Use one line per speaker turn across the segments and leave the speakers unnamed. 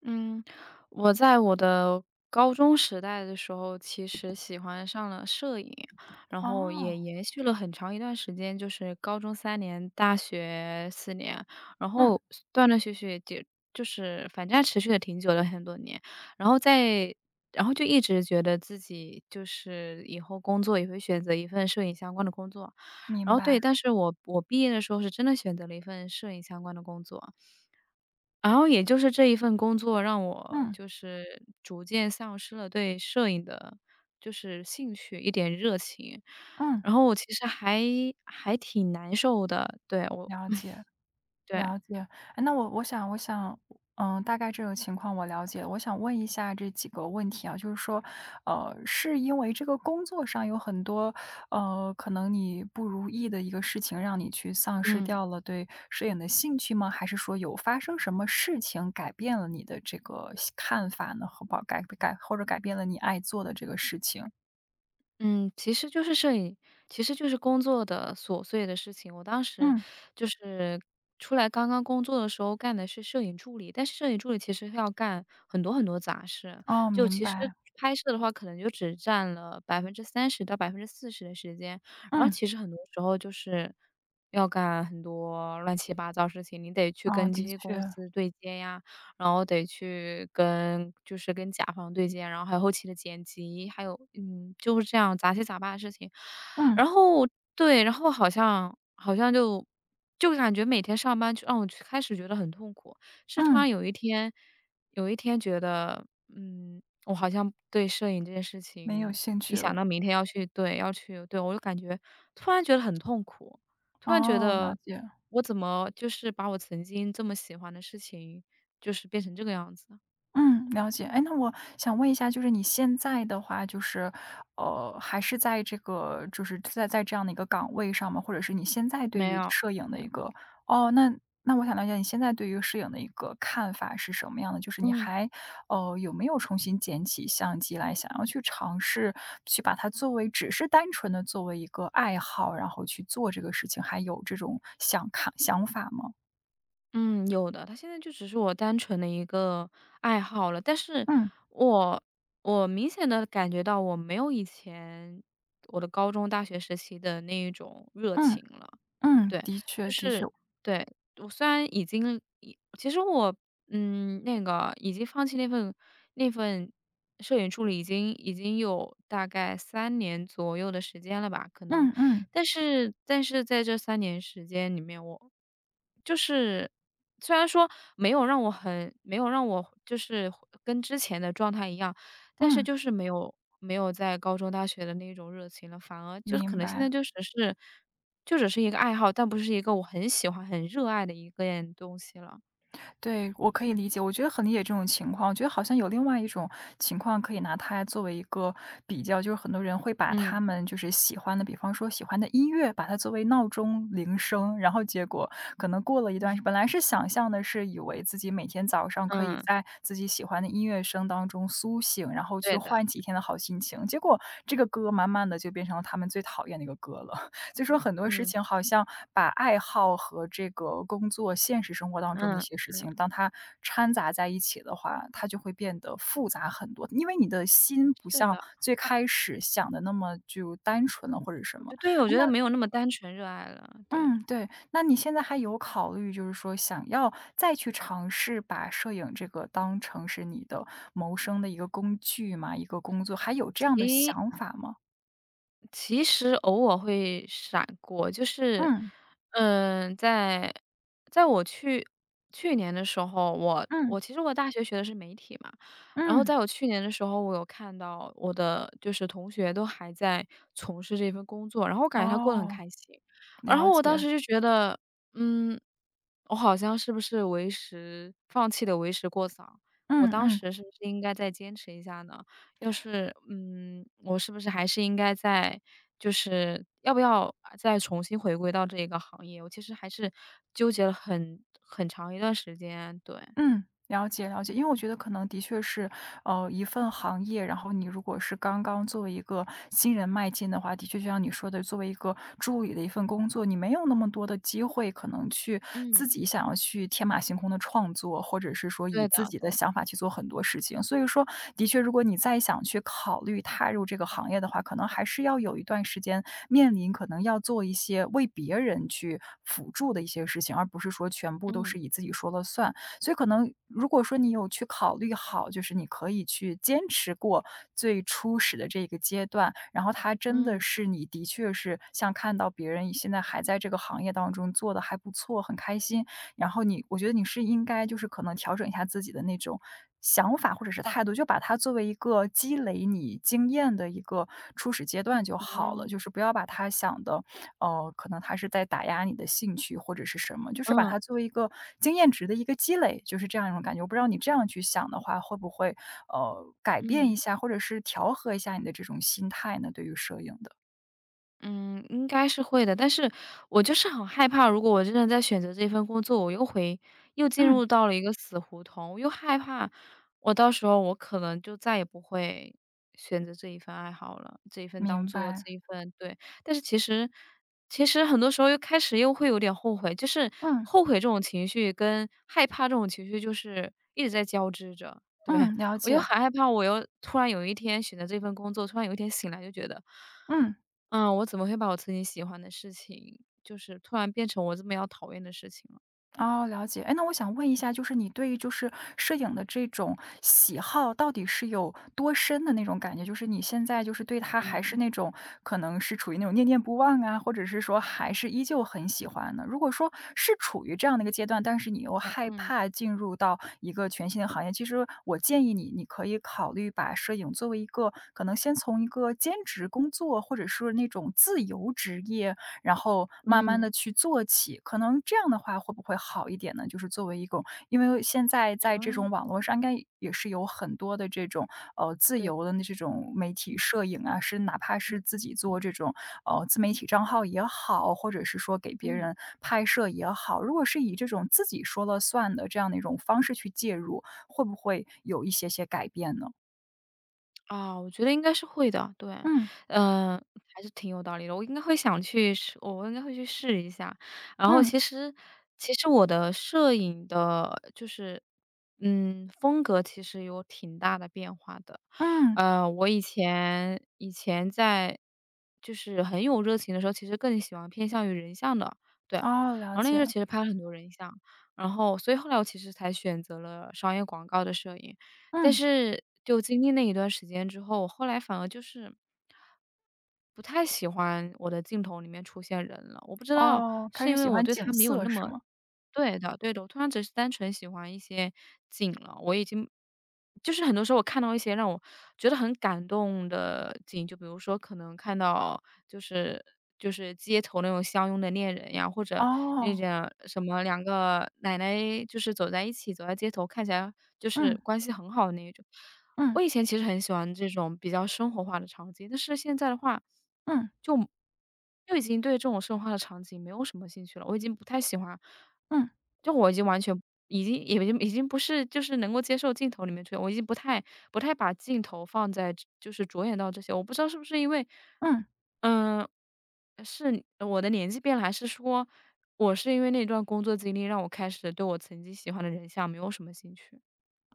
嗯，我在我的高中时代的时候，其实喜欢上了摄影，然后也
哦。
延续了很长一段时间，就是高中三年，大学四年，然
嗯。
后断断续续就是反正持续了挺久的很多年。然后在然后就一直觉得自己就是以后工作也会选择一份摄影相关的工作。然
明
后对，
白。
但是我毕业的时候是真的选择了一份摄影相关的工作。然后也就是这一份工作让我
嗯。
就是逐渐丧失了对摄影的就是兴趣，一点热情。
嗯。
然后我其实还挺难受的，对，我
了解，
对，
了解。哎，那我想,大概这种情况我了解了。我想问一下这几个问题啊。就是说，是因为这个工作上有很多，可能你不如意的一个事情，让你去丧失
嗯。
掉了对摄影的兴趣吗？还是说有发生什么事情改变了你的这个看法呢？和好？改或者改变了你爱做的这个事情？
嗯，其实就是摄影，其实就是工作的琐碎的事情。我当时
嗯。
就是出来刚刚工作的时候干的是摄影助理，但是摄影助理其实要干很多很多杂事，
哦，
就
明
其实
白。
拍摄的话可能就只占了百分之三十到百分之四十的时间，然后
嗯。
其实很多时候就是要干很多乱七八糟事情，你得去
哦，
跟经
的
纪公
确。
司对接呀，然后得去跟就是跟甲方对接，然后还有后期的剪辑，还有就是这样杂七杂八的事情。
嗯。
然后对，然后好像就感觉每天上班就让我去开始觉得很痛苦，是突
嗯，
然有一天觉得，我好像对摄影这件事
没有
情，
兴
一
趣
想
了。
到明天要去对，要去对，我就感觉突然觉得很痛苦。突然觉
哦，了
得，
解。
我怎么就是把我曾经这么喜欢的事情，就是变成这个样子呢？
嗯，了解。哎，那我想问一下，就是你现在的话，就是，还是在这个，就是在这样的一个岗位上吗？或者是你现在对
没
于
有，
摄影
没
的
有，
一个，哦，那那我想了解你现在对于摄影的一个看法是什么样的？就是你
嗯，
还，有没有重新捡起相机来，想要去尝试去把它作为只是单纯的作为一个爱好，然后去做这个事情，还有这种想看想法吗？
嗯，有的，它现在就只是我单纯的一个爱好了。但是
嗯。
我我明显的感觉到我没有以前我的高中、大学时期的那一种热
嗯。
情了。
嗯，
对，
的
就
确的确。
是对，我虽然已经已其实我，那个已经放弃那份摄影助理已经有大概三年左右的时间了吧，可能。
嗯。嗯。
但是在这三年时间里面，我就是虽然说没有让我很没有让我就是跟之前的状态一样，但是
嗯，
就是没有在高中、大学的那种热情了，反而就是可
明
能现在
白。
就只是一个爱好，但不是一个我很喜欢、很热爱的一个东西了。
对，我可以理解，我觉得很理解这种情况。我觉得好像有另外一种情况可以拿它作为一个比较。就是很多人会把
嗯，
他们就是喜欢的，比方说喜欢的音乐，把它作为闹钟铃声，然后结果可能过了一段时本来是想象的是以为自己每天早上可以
嗯，
在自己喜欢的音乐声当中苏醒，然后去
对的，
换几天的好心情，结果这个歌慢慢的就变成了他们最讨厌的一个歌了。就说很多事
嗯，
情好像把爱好和这个工作、现实生活当中的一
嗯，
些事情，
嗯，
当它掺杂在一起的话，它就会变得复杂很多。因为你的心不
是的，
像最开始想的那么就单纯了或者什
我觉
么。
得对，我觉得没有那么单纯热爱了，对。
嗯，对。那你现在还有考虑，就是说想要再去尝试把摄影这个当成是你的谋生的一个工具吗？一个工作，还有这样的
其
想法吗？
其实偶尔会闪过，就是，
嗯。
嗯，在在我去年的时候，我
嗯。
我其实我大学学的是媒体嘛，然后
嗯。
在我去年的时候，我有看到我的就是同学都还在从事这份工作，然后我感觉他过得很
哦，
开心，然
了
后我当
解。
时就觉得，嗯，我好像是不是为时放弃的为时过早，我
嗯。
当
嗯。
时是不是应该再坚持一下呢？要是，我是不是还是应该再就是要不要啊再重新回归到这个行业？我其实还是纠结了很长一段时间，对。
嗯，了解，了解。因为我觉得可能的确是，一份行业，然后你如果是刚刚作为一个新人迈进的话，的确就像你说的，作为一个助理的一份工作，你没有那么多的机会，可能去自
嗯，
己想要去天马行空的创作，或者是说以
对
自
的
己
对
的
的，
想法去做很多事情。所以说，的确如果你再想去考虑踏入这个行业的话，可能还是要有一段时间面临可能要做一些为别人去辅助的一些事情，而不是说全部都
嗯，
是以自己说了算。所以可能如果说你有去考虑好，就是你可以去坚持过最初始的这个阶段，然后它真的
嗯，
是你的确是像看到别人现在还在这个行业当中做的还不错，很开心，然后你我觉得你是应该就是可能调整一下自己的那种想法或者是态度，就把它作为一个积累你经验的一个初始阶段就好了。
啊，
就是不要把它想的哦，可能他是在打压你的兴趣或者是什么，就是把
嗯，
它作为一个经验值的一个积累，就是这样一种感觉。我不知道你这样去想的话，会不会改变一
嗯。
下，或者是调和一下你的这种心态呢？对于摄影的，
嗯，应该是会的，但是我就是很害怕，如果我真的在选择这份工作，我又进
嗯，
入到了一个死胡同，我又害怕我到时候我可能就再也不会选择这一份爱好了，这一份当
明
做
白。
这一份对。但是其实很多时候又开始又会有点后悔，就是
嗯。
后悔这种情绪跟害怕这种情绪就是一直在交织着。对，
嗯，了
我又
解。
很害怕，我又突然有一天选择这份工作，突然有一天醒来就觉得。
嗯。
嗯，我怎么会把我曾经喜欢的事情，就是突然变成我这么要讨厌的事情了？
哦，了解。哎，那我想问一下，就是你对于就是摄影的这种喜好，到底是有多深的那种感觉？就是你现在就是对它还是
嗯，
那种可能是处于那种念念不忘啊，或者是说还是依旧很喜欢呢？如果说是处于这样的一个阶段，但是你又害
嗯，
怕进入到一个全新的行业，其实我建议你，你可以考虑把摄影作为一个可能先从一个兼职工作，或者是那种自由职业然后慢慢
嗯
的去做起，可能这样的话会不会好一点呢？就是作为一种因为现在在这
嗯，啊，
种网络上应该也是有很多的这种，自
对。
由的那这种媒体
嗯
摄影啊，是哪怕是自己
嗯。
做这种，自媒体账号也好，或者是说给别人拍摄也好，如果是以这种自己说了算的这样的一种方式去介入，会不会有一些些改变呢？
啊，我觉得应该是会的，对，
嗯。
嗯、还是挺有道理的。我应该会想去试，我应该会去试一下。然后
嗯。
其实我的摄影的，就是，风格其实有挺大的变化的。
嗯。
我以前在就是很有热情的时候，其实更喜欢偏向于人像的，对。
哦，
然
了
后那个时
解。
候其实拍了很多人像，然后所以后来我其实才选择了商业广告的摄影。但
嗯。
是就经历那一段时间之后，我后来反而就是不太喜欢我的镜头里面出现人了。我不知道
哦，
是
开始
因为
喜
我
欢
对他
景
没有
色
那
是
么
吗？
对的对的，我突然只是单纯喜欢一些景了。我已经就是很多时候我看到一些让我觉得很感动的景，就比如说可能看到就是就是街头那种相拥的恋人呀，或者那
哦。
种什么两个奶奶就是走在一起，走在街头，看起来就是
嗯。
关系很好的那一种。我
嗯。
以前其实很喜欢这种比较生活化的场景，但是现在的话，
嗯。
就就已经对这种生活化的场景没有什么兴趣了。我已经不太喜欢，
嗯。
就我已经完全已经不是就是能够接受镜头里面出现，我已经不太把镜头放在就是着眼到这些。我不知道是不是因为，
嗯。
嗯、是我的年纪变了，还是说我是因为那段工作经历让我开始对我曾经喜欢的人像没有什么兴趣？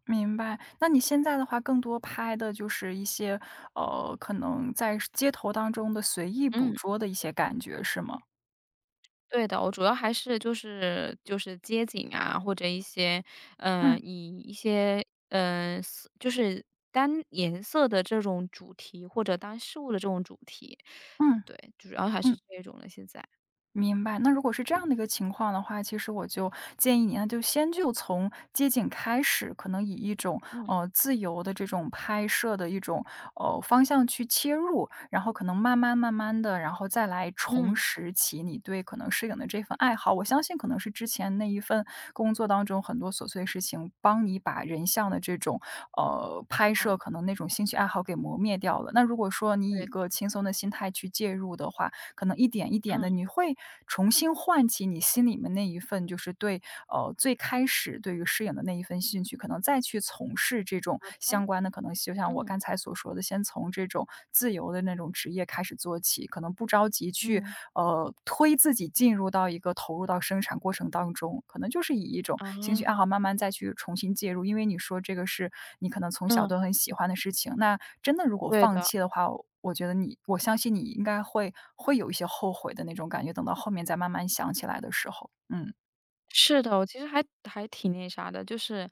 明白。那你现在的话更多拍的就是一些，可能在街头当中的随意捕
嗯。
捉的一些感觉，是吗？
对的，我主要还是就是街景啊，或者一些，
嗯。
以一些，就是单颜色的这种主题，或者单事物的这种主题，
嗯。
对，主要还
嗯。
是这种了现在。
明白。那如果是这样的一个情况的话，其实我就建议你，那就先就从街景开始，可能以一种
嗯，
自由的这种拍摄的一种方向去切入，然后可能慢慢的，然后再来重
嗯，
拾起你对可能摄影的这份爱好。我相信可能是之前那一份工作当中很多琐碎的事情，帮你把人像的这种拍
嗯，
摄可能那种兴趣爱好给磨灭掉了。那如果说你以
对
一
的，
个轻松的心态去介入的话，可能一点一点的，
嗯，
你会重新唤起你心里面那一份就是对，最开始对于摄影的那一份兴趣，可能再去从事这种
好的，
相关的可能就像我
嗯，
刚才所说的，先从这种自由的那种职业开始做起，可能不着急去，
嗯，
推自己进入到一个投入到生产过程当中，可能就是以一种兴趣
啊，
爱好慢慢再去重新介入。因为你说这个是你可能从小
嗯，
都很喜欢的事情，那真的如果
对
放
的。
弃的话我觉得你我相信你应该会有一些后悔的那种感觉，等到后面再慢慢想起来的时候，嗯。
是的，我其实还挺那啥的，就是，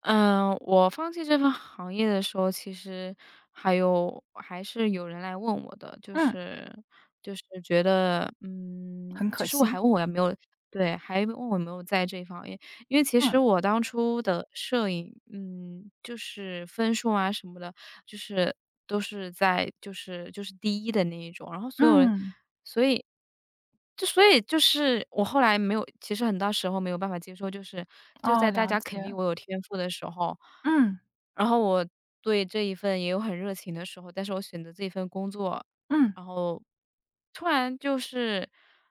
我放弃这份行业的时候，其实还是有人来问我的，就
嗯，
是就是觉得，
很
其
可
实我还
惜。
问我有没有对，还问我有没有在这一方面，因为其实
嗯。
我当初的摄影，就是分数啊什么的，就是都是在就是第一的那一种，然后所有人。
嗯。
所以所以就是我后来没有其实很多时候没有办法接受，就是就
哦，
在大
了
家肯定
解。
我有天赋的时候，
嗯。
然后我对这一份也有很热情的时候，但是我选择这一份工作，
嗯，
然后突然就是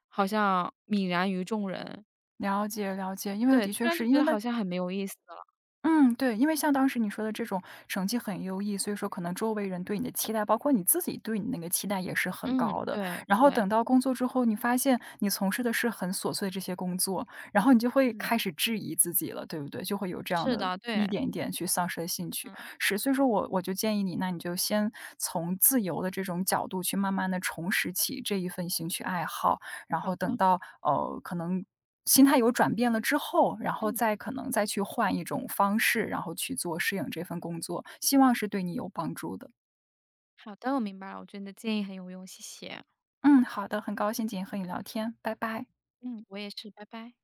好像泯然于众人，
了解，了解。因为
对，
的
突
确
然就
是因
觉
为
得
那
好像很没有意思了。
嗯，对，因为像当时你说的这种成绩很优异，所以说可能周围人对你的期待，包括你自己对你那个期待也是很
嗯，
高的。
对
然后
对，
等到工作之后，你发现你从事的是很琐碎的这些工作，然后你就会
嗯，
开始质疑自己了，对不对？就会有这样
是
的
的，对，
一点一点去丧失了兴趣。
嗯，
是，所以说我就建议你，那你就先从自由的这种角度去慢慢的重拾起这一份兴趣爱好，然
好
后等
的，
到可能心态有转变了之后，然后
嗯，
再可能再去换一种方式，然后去做适应这份工作，希望是对你有帮助的。
好的，我明白了，我觉得你的建议很有用，谢谢。
嗯，好的，很高兴今天和你聊天，拜拜。
嗯，我也是，拜拜。